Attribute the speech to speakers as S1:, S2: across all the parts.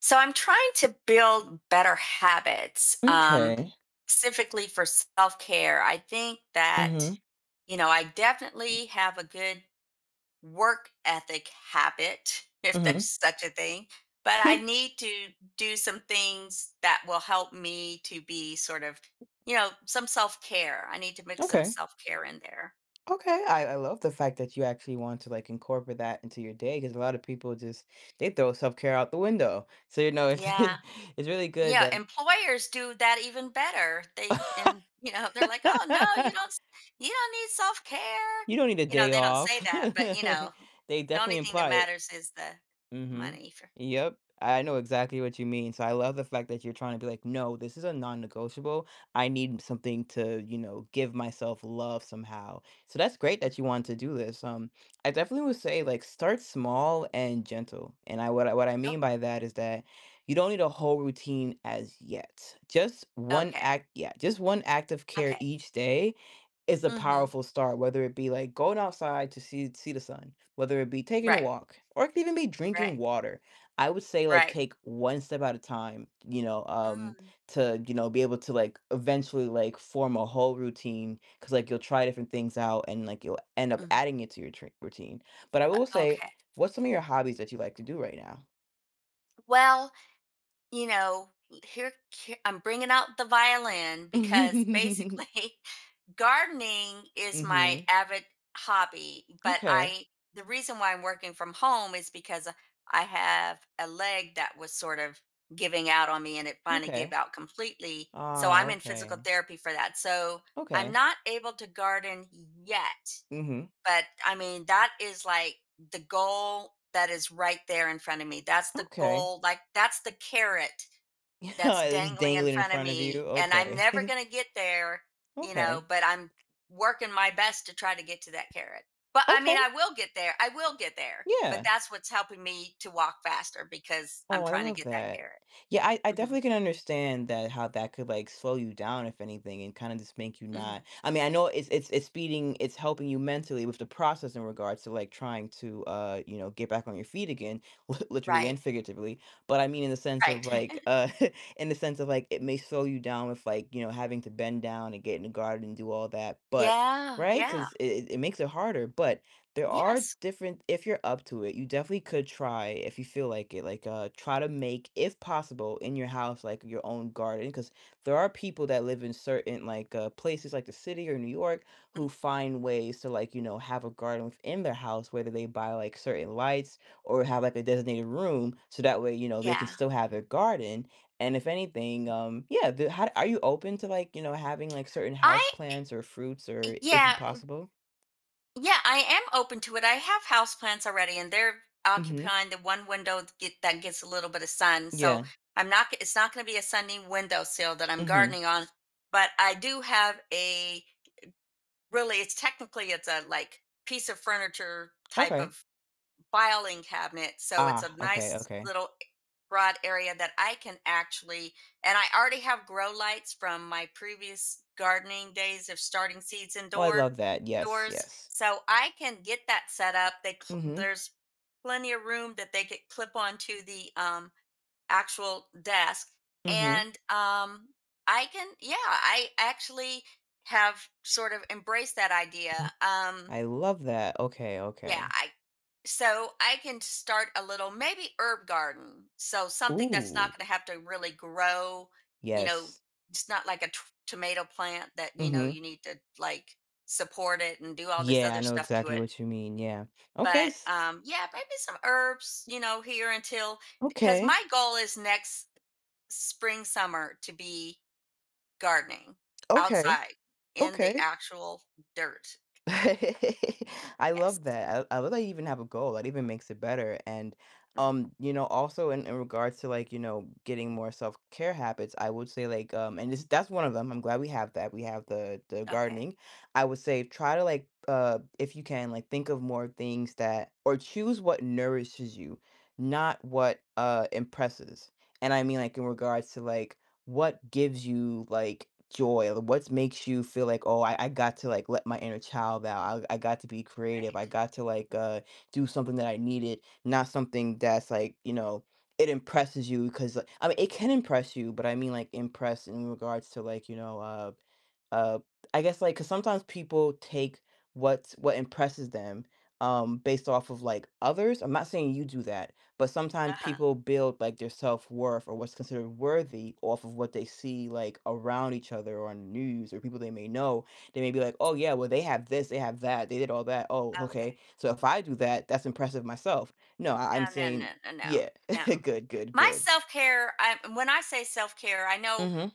S1: So I'm trying to build better habits,
S2: Okay.
S1: specifically for self care. I think that,
S2: Mhm.
S1: you know, I definitely have a good work ethic habit, if
S2: Mhm.
S1: there's such a thing, but I need to do some things that will help me to be sort of, you know, some self care. I need to mix some
S2: Okay.
S1: self care in there.
S2: Okay. I love the fact that you actually want to, like, incorporate that into your day because a lot of people just they throw self-care out the window. So, you know, it's
S1: Yeah.
S2: it's really good
S1: Yeah,
S2: that
S1: employers do that even better. They and you know, they're like, "Oh, no, you don't s- you don't need self-care."
S2: you don't need a
S1: You know,
S2: day
S1: they don't say
S2: off.
S1: that, but you know,
S2: They
S1: the only
S2: definitely
S1: thing that
S2: imply it.
S1: matters is the
S2: Mhm.
S1: money for.
S2: Yep. I know exactly what you mean. So I love the fact that you're trying to be like, no, this is a non-negotiable. I need something to, you know, give myself love somehow. So that's great that you want to do this. I definitely would say like start small and gentle. And I what I, what I
S1: Oh,
S2: mean by that is that you don't need a whole routine as yet. Just one
S1: okay.
S2: act, yeah, just one act of care
S1: Okay.
S2: each day is a
S1: Mhm.
S2: powerful start, whether it be like going outside to see the sun, whether it be taking a
S1: Right.
S2: walk, or it could even be
S1: Right.
S2: drinking water. I would say like
S1: Right.
S2: take one step at a time, you know,
S1: Mm,
S2: to you know be able to like eventually like form a whole routine because like you'll try different things out and like you'll end up
S1: mm,
S2: adding it to your routine. But I will say,
S1: okay.
S2: what's some of your hobbies that you like to do right now?
S1: Well, you know, here I'm bringing out the violin because
S2: Mm-hmm.
S1: basically gardening is my avid hobby, but
S2: Okay.
S1: I the reason why I'm working from home is because I have a leg that was sort of giving out on me and it finally gave
S2: Okay.
S1: out completely. So
S2: Ah.
S1: I'm in physical
S2: Okay.
S1: therapy for that. So I'm
S2: Okay.
S1: not able to garden yet,
S2: Mm-hmm.
S1: but I mean, that is like the goal that is right there in front of me. That's the
S2: Okay.
S1: goal. Like, that's the carrot
S2: Yeah,
S1: that's
S2: it's
S1: dangling in
S2: dangling in
S1: front of
S2: front of you.
S1: me and I'm never
S2: Okay.
S1: going to get there, you
S2: Okay.
S1: know, but I'm working my best to try to get to that carrot. But I mean,
S2: Okay.
S1: I will get there. I will get there. But
S2: Yeah.
S1: that's what's helping me to walk faster because I'm
S2: Oh, I
S1: trying to
S2: love
S1: get that
S2: that.
S1: carrot.
S2: Yeah, I
S1: Mhm.
S2: definitely can understand that how that could like slow you down, if anything, and kind of just make you not.
S1: Mhm.
S2: I mean, I know it's speeding, it's helping you mentally with the process in regards to like trying to you know get back on your feet again, literally
S1: Right.
S2: and figuratively. But I mean, in the sense
S1: Right.
S2: of like in the sense of like it may slow you down with like you know having to bend down and get in the garden and do all that, but
S1: Yeah,
S2: right
S1: yeah.
S2: because it makes it harder. But there are
S1: Yes.
S2: different if you're up to it, you definitely could try if you feel like it, like, try to make, if possible, in your house, like, your own garden. Because there are people that live in certain, like, places like the city or New York who find ways to, like, you know, have a garden within their house, whether they buy, like, certain lights or have, like, a designated room, so that way, you know, they can
S1: Yeah.
S2: still have their garden, and if anything, yeah, the how are you open to, like, you know, having, like, certain
S1: I
S2: house plants or fruits or if you
S1: yeah,
S2: possible?
S1: Yeah, I am open to it. I have houseplants already, and they're
S2: Mhm.
S1: occupying the one window that get, that gets a little bit of sun. So
S2: Yeah.
S1: I'm not. G- It's not going to be a sunny windowsill that I'm
S2: Mhm.
S1: gardening on. But I do have a really. It's technically it's a like piece of furniture type
S2: Okay.
S1: of filing cabinet. So it's
S2: Ah,
S1: a
S2: okay,
S1: nice
S2: okay.
S1: little broad area that I can actually, and I already have grow lights from my previous gardening days of starting seeds
S2: Oh, I
S1: indoor
S2: love that. Yes,
S1: doors.
S2: yes.
S1: So I can get that set up. They cl-
S2: Mhm.
S1: there's plenty of room that they could clip onto the actual desk,
S2: Mhm.
S1: and I can yeah, I actually have sort of embraced that idea.
S2: I love that. Okay,
S1: Yeah,
S2: okay.
S1: so I can start a little maybe herb garden. So something that's not
S2: Ooh,
S1: going to have to really grow, you know,
S2: yes.
S1: it's not like a t- tomato plant that, you know,
S2: Mhm.
S1: you need to like support it and do all this
S2: Yeah, I
S1: other
S2: know
S1: stuff to
S2: exactly
S1: it.
S2: what you mean. Yeah. Okay.
S1: But yeah, maybe some herbs, you know, here until cuz
S2: Okay.
S1: my goal is next spring summer to be gardening
S2: Okay.
S1: outside in the
S2: Okay.
S1: actual dirt.
S2: I
S1: Yes.
S2: love that. I love that you even have a goal. That even makes it better. And
S1: Mm,
S2: you know, also in regards to like, you know, getting more self-care habits, I would say like and this that's one of them. I'm glad we have that. We have the
S1: okay.
S2: gardening. I would say try to like if you can like think of more things that or choose what nourishes you, not what impresses. And I mean like in regards to like what gives you like joy? Like, what makes you feel like, oh, I got to like let my inner child out. I got to be creative. I
S1: Right.
S2: got to like do something that I needed, not something that's like, you know, it impresses you because like, I mean it can impress you, but I mean like impress in regards to like, you know, uh I guess like because sometimes people take what's what impresses them based off of like others. I'm not saying you do that, but sometimes
S1: Uh-huh.
S2: people build like their self-worth or what's considered worthy off of what they see like around each other or on the news or people they may know they may be like, oh yeah, well, they have this, they have that, they did all that. Oh, okay,
S1: Okay.
S2: so if I do that, that's impressive myself. No,
S1: No,
S2: I- I'm
S1: no, no,
S2: saying
S1: no, no,
S2: yeah.
S1: no.
S2: Good, good,
S1: My
S2: good.
S1: self care, I when I say self care, I know
S2: Mm-hmm.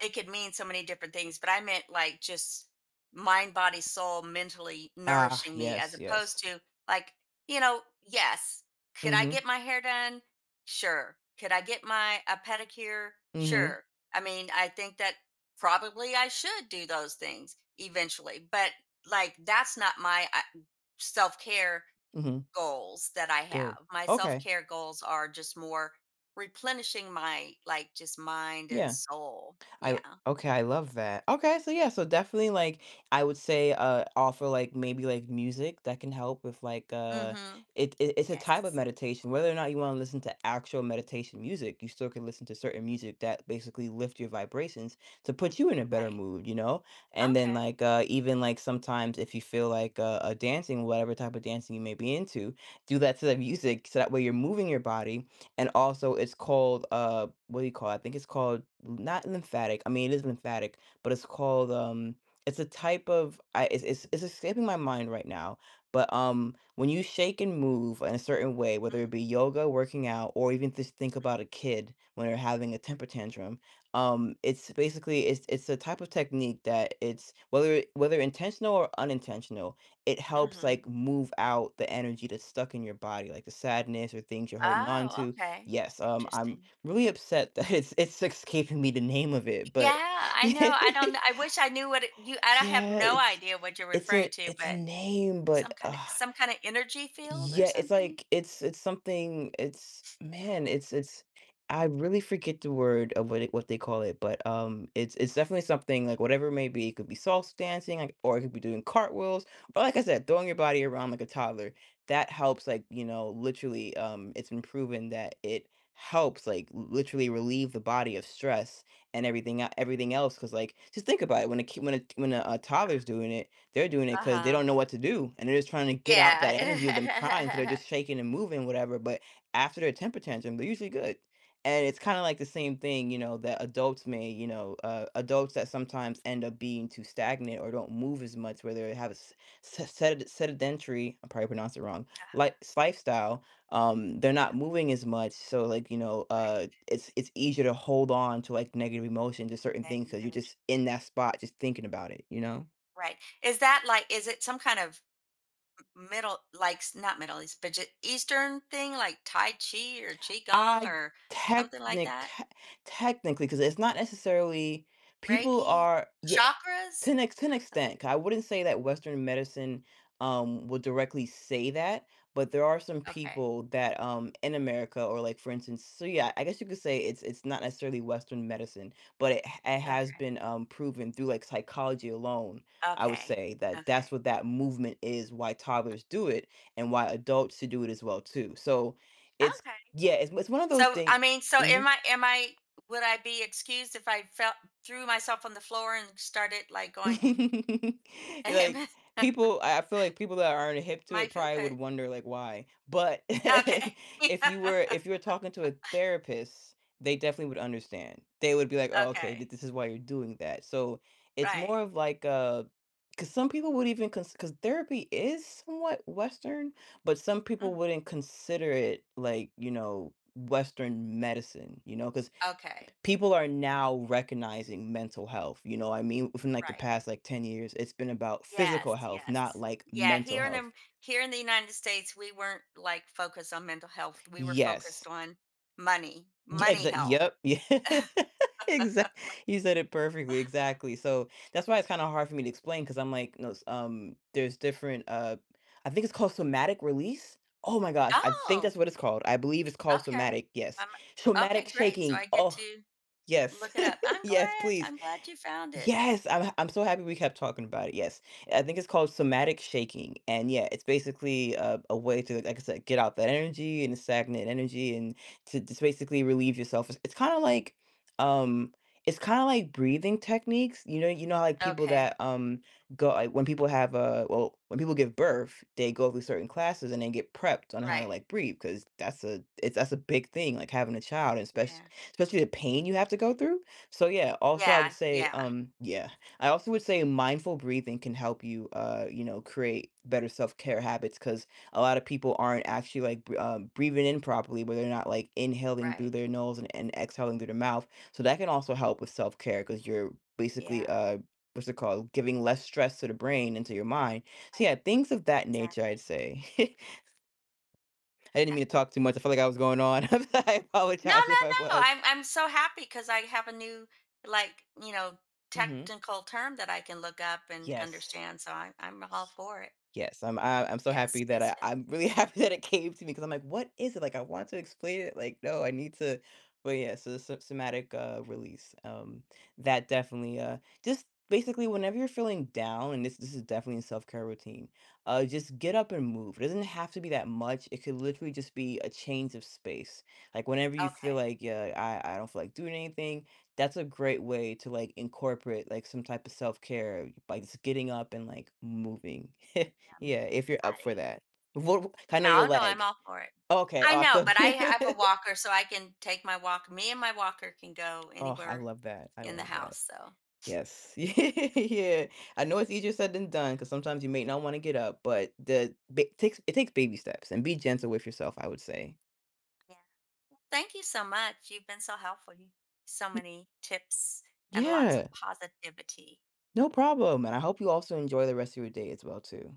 S1: it could mean so many different things, but I meant like just mind, body, soul, mentally
S2: Ah,
S1: nourishing me as
S2: yes,
S1: opposed
S2: yes.
S1: to like, you know, yes, could I
S2: Mm-hmm.
S1: get my hair done? Sure. Could I get my a pedicure?
S2: Mm-hmm.
S1: Sure. I mean, I think that probably I should do those things eventually, but like that's not my self care
S2: Mm-hmm.
S1: goals that I
S2: Good.
S1: have. My
S2: Okay.
S1: self-care goals are just more replenishing my like just mind and
S2: Yeah.
S1: soul.
S2: I
S1: Yeah.
S2: Okay, I love that. Okay, so yeah, so definitely like I would say offer like maybe like music that can help with like
S1: Mhm.
S2: it, it's a type of
S1: Yes.
S2: meditation. Whether or not you want to listen to actual meditation music, you still can listen to certain music that basically lift your vibrations to put you in a better
S1: Right.
S2: mood, you know? And then
S1: Okay.
S2: like even like sometimes if you feel like dancing, whatever type of dancing you may be into, do that to the music so that way you're moving your body and also it's called what do you call it? I think it's called not lymphatic. I mean it is lymphatic, but it's called it's a type of I it's escaping my mind right now. But when you shake and move in a certain way, whether it be yoga, working out, or even just think about a kid when they're having a temper tantrum, it's basically it's a type of technique that it's whether intentional or unintentional, it helps
S1: Hmm.
S2: like move out the energy that's stuck in your body, like the sadness or things you're holding on
S1: Oh,
S2: to.
S1: okay.
S2: Yes, I'm
S1: Interesting.
S2: really upset that it's escaping me the name of it, but
S1: Yeah, I
S2: yeah,
S1: know. I don't know. I wish I knew what it, you I don't have
S2: yeah,
S1: no
S2: it's
S1: idea what you're
S2: it's
S1: referring
S2: a
S1: to,
S2: it's a
S1: but
S2: name, but
S1: some kind of some kind of energy field or
S2: yeah, it's
S1: something.
S2: like it's something it's man, it's I really forget the word of what it, what they call it, but it's definitely something like whatever it may be. It could be salsa dancing, like, or it could be doing cartwheels, or like I said, throwing your body around like a toddler. That helps like, you know, literally it's been proven that it helps like literally relieve the body of stress and everything everything else because like just think about it when a when a a toddler's doing it, they're doing it because they
S1: Uh-huh.
S2: don't know what to do and they're just trying to get out that energy of them
S1: Yeah.
S2: crying because they're just shaking and moving whatever. But after their temper tantrum they're usually good, and it's kind of like the same thing, you know, that adults may, you know, adults that sometimes end up being too stagnant or don't move as much where they have a sedentary, I probably pronounced it wrong, like lifestyle. They're not moving as much, so like, you know,
S1: right.
S2: it's easier to hold on to like negative emotions to certain things
S1: Negative
S2: because you're
S1: energy.
S2: just in that spot just thinking about it, you know.
S1: Right. Is that like is it some kind of Middle, like s- not Middle East, but just Eastern thing like Tai Chi or Qigong
S2: I
S1: or something like
S2: technic
S1: that?
S2: te Technically, because it's not necessarily people
S1: Reiki?
S2: are, yeah. To
S1: Chakras?
S2: an ex to an extent, 'cause I wouldn't say that Western medicine, will directly say that, but there are some
S1: Okay.
S2: people that, in America or, like, for instance so, yeah, I guess you could say it's not necessarily Western medicine, but it has
S1: Okay.
S2: been, proven through, like, psychology alone, I would
S1: Okay.
S2: say that that's
S1: Okay.
S2: what that movement is, why toddlers do it, and why adults should do it as well too. So, it's
S1: Okay.
S2: yeah,
S1: Yeah.
S2: it's one of those
S1: So
S2: things.
S1: I mean, so am I would I be excused if I felt threw myself on the floor and started like going
S2: Like, people I feel like people that aren't hip to it
S1: might feel
S2: probably would
S1: good.
S2: wonder, like, why, but
S1: Okay.
S2: if you were talking to a therapist, they definitely would understand. They would be like, "Oh, okay, th
S1: okay.
S2: this is why you're doing that." So, it's
S1: Right.
S2: more of like because some people would even because therapy is somewhat Western, but some people
S1: Mm.
S2: wouldn't consider it, like, you know, Western medicine, you know, because
S1: Okay.
S2: people are now recognizing mental health. You know what I mean, within like the
S1: Right.
S2: past like 10 years, it's been about physical
S1: Yes,
S2: health,
S1: yes.
S2: not like
S1: Yeah,
S2: mental health.
S1: here in the United States, we weren't like focused on mental health. We were focused
S2: Yes.
S1: on money,
S2: Yeah,
S1: money health.
S2: yep. Yeah, exactly. You said it perfectly. Exactly. So that's why it's kind of hard for me to explain because I'm like, no, there's different I think it's called somatic release. Oh my gosh, I think
S1: Oh,
S2: that's what it's called. I believe it's called
S1: okay.
S2: somatic, yes.
S1: Um,
S2: Somatic
S1: okay, great. So
S2: shaking.
S1: I get
S2: Oh,
S1: to
S2: yes.
S1: look it up. I'm
S2: Yes,
S1: glad.
S2: please.
S1: I'm glad you found it.
S2: Yes, I'm so happy we kept talking about it, yes. I think it's called somatic shaking, and, yeah, it's basically a way to, like I said, get out that energy and the stagnant energy and to just basically relieve yourself. It's kinda like, um it's kinda like breathing techniques, you know, how like, people that,
S1: Okay.
S2: go like, when people have, when people give birth, they go through certain classes and then get prepped on how to,
S1: Right.
S2: like, breathe because that's a big thing, like, having a child, and
S1: Yeah.
S2: especially the pain you have to go through. So yeah, also I would
S1: Yeah.
S2: say,
S1: Yeah.
S2: yeah, I also would say mindful breathing can help you, you know, create better self-care habits because a lot of people aren't actually like breathing in properly, where they're not like inhaling through
S1: Right.
S2: their nose and exhaling through their mouth. So that can also help with self-care because you're basically,
S1: Yeah.
S2: what's it called, giving less stress to the brain and to your mind. So yeah,
S1: Right.
S2: things of that nature,
S1: Exactly.
S2: I'd say. I didn't mean to talk too much. I felt like I was going on. I
S1: No,
S2: apologize if
S1: no,
S2: I
S1: no.
S2: was.
S1: I'm so happy because I have a new like, you know,
S2: Hmm.
S1: technical term that I can look up and
S2: Yes.
S1: understand. So I'm all for it.
S2: Yes, I'm so
S1: Yes,
S2: happy that
S1: yes, yes.
S2: I'm really happy that it came to me because 'cause I'm like, "What is it?" Like, I want to explain it, like, no, I need to. But yeah, so the sym somatic, release, that definitely, just basically whenever you're feeling down, and this is definitely a self-care routine, just get up and move. It doesn't have to be that much, it could literally just be a change of space. Like, whenever you feel
S1: Okay.
S2: like, "Yeah, I don't feel like doing anything," that's a great way to, like, incorporate, like, some type of self-care by just getting up and, like, moving.
S1: I'm
S2: Yeah, if you're up for
S1: body.
S2: that. What I know your
S1: No, no, I'm
S2: leg.
S1: all for it.
S2: Okay,
S1: I know,
S2: awesome.
S1: but I have a walker so I can take my walk. Me and my walker can go
S2: Oh, I
S1: anywhere
S2: love that. I
S1: in the
S2: love that.
S1: house. So
S2: Yes. Yeah. I know it's easier said than done because sometimes you may not wanna get up, but the ba takes it takes baby steps and be gentle with yourself, I would say.
S1: yeah. Thank you so much. You've been so helpful. You so
S2: Y
S1: many tips and lots of
S2: Yeah,
S1: positivity.
S2: no problem, and I hope you also enjoy the rest of your day as well too.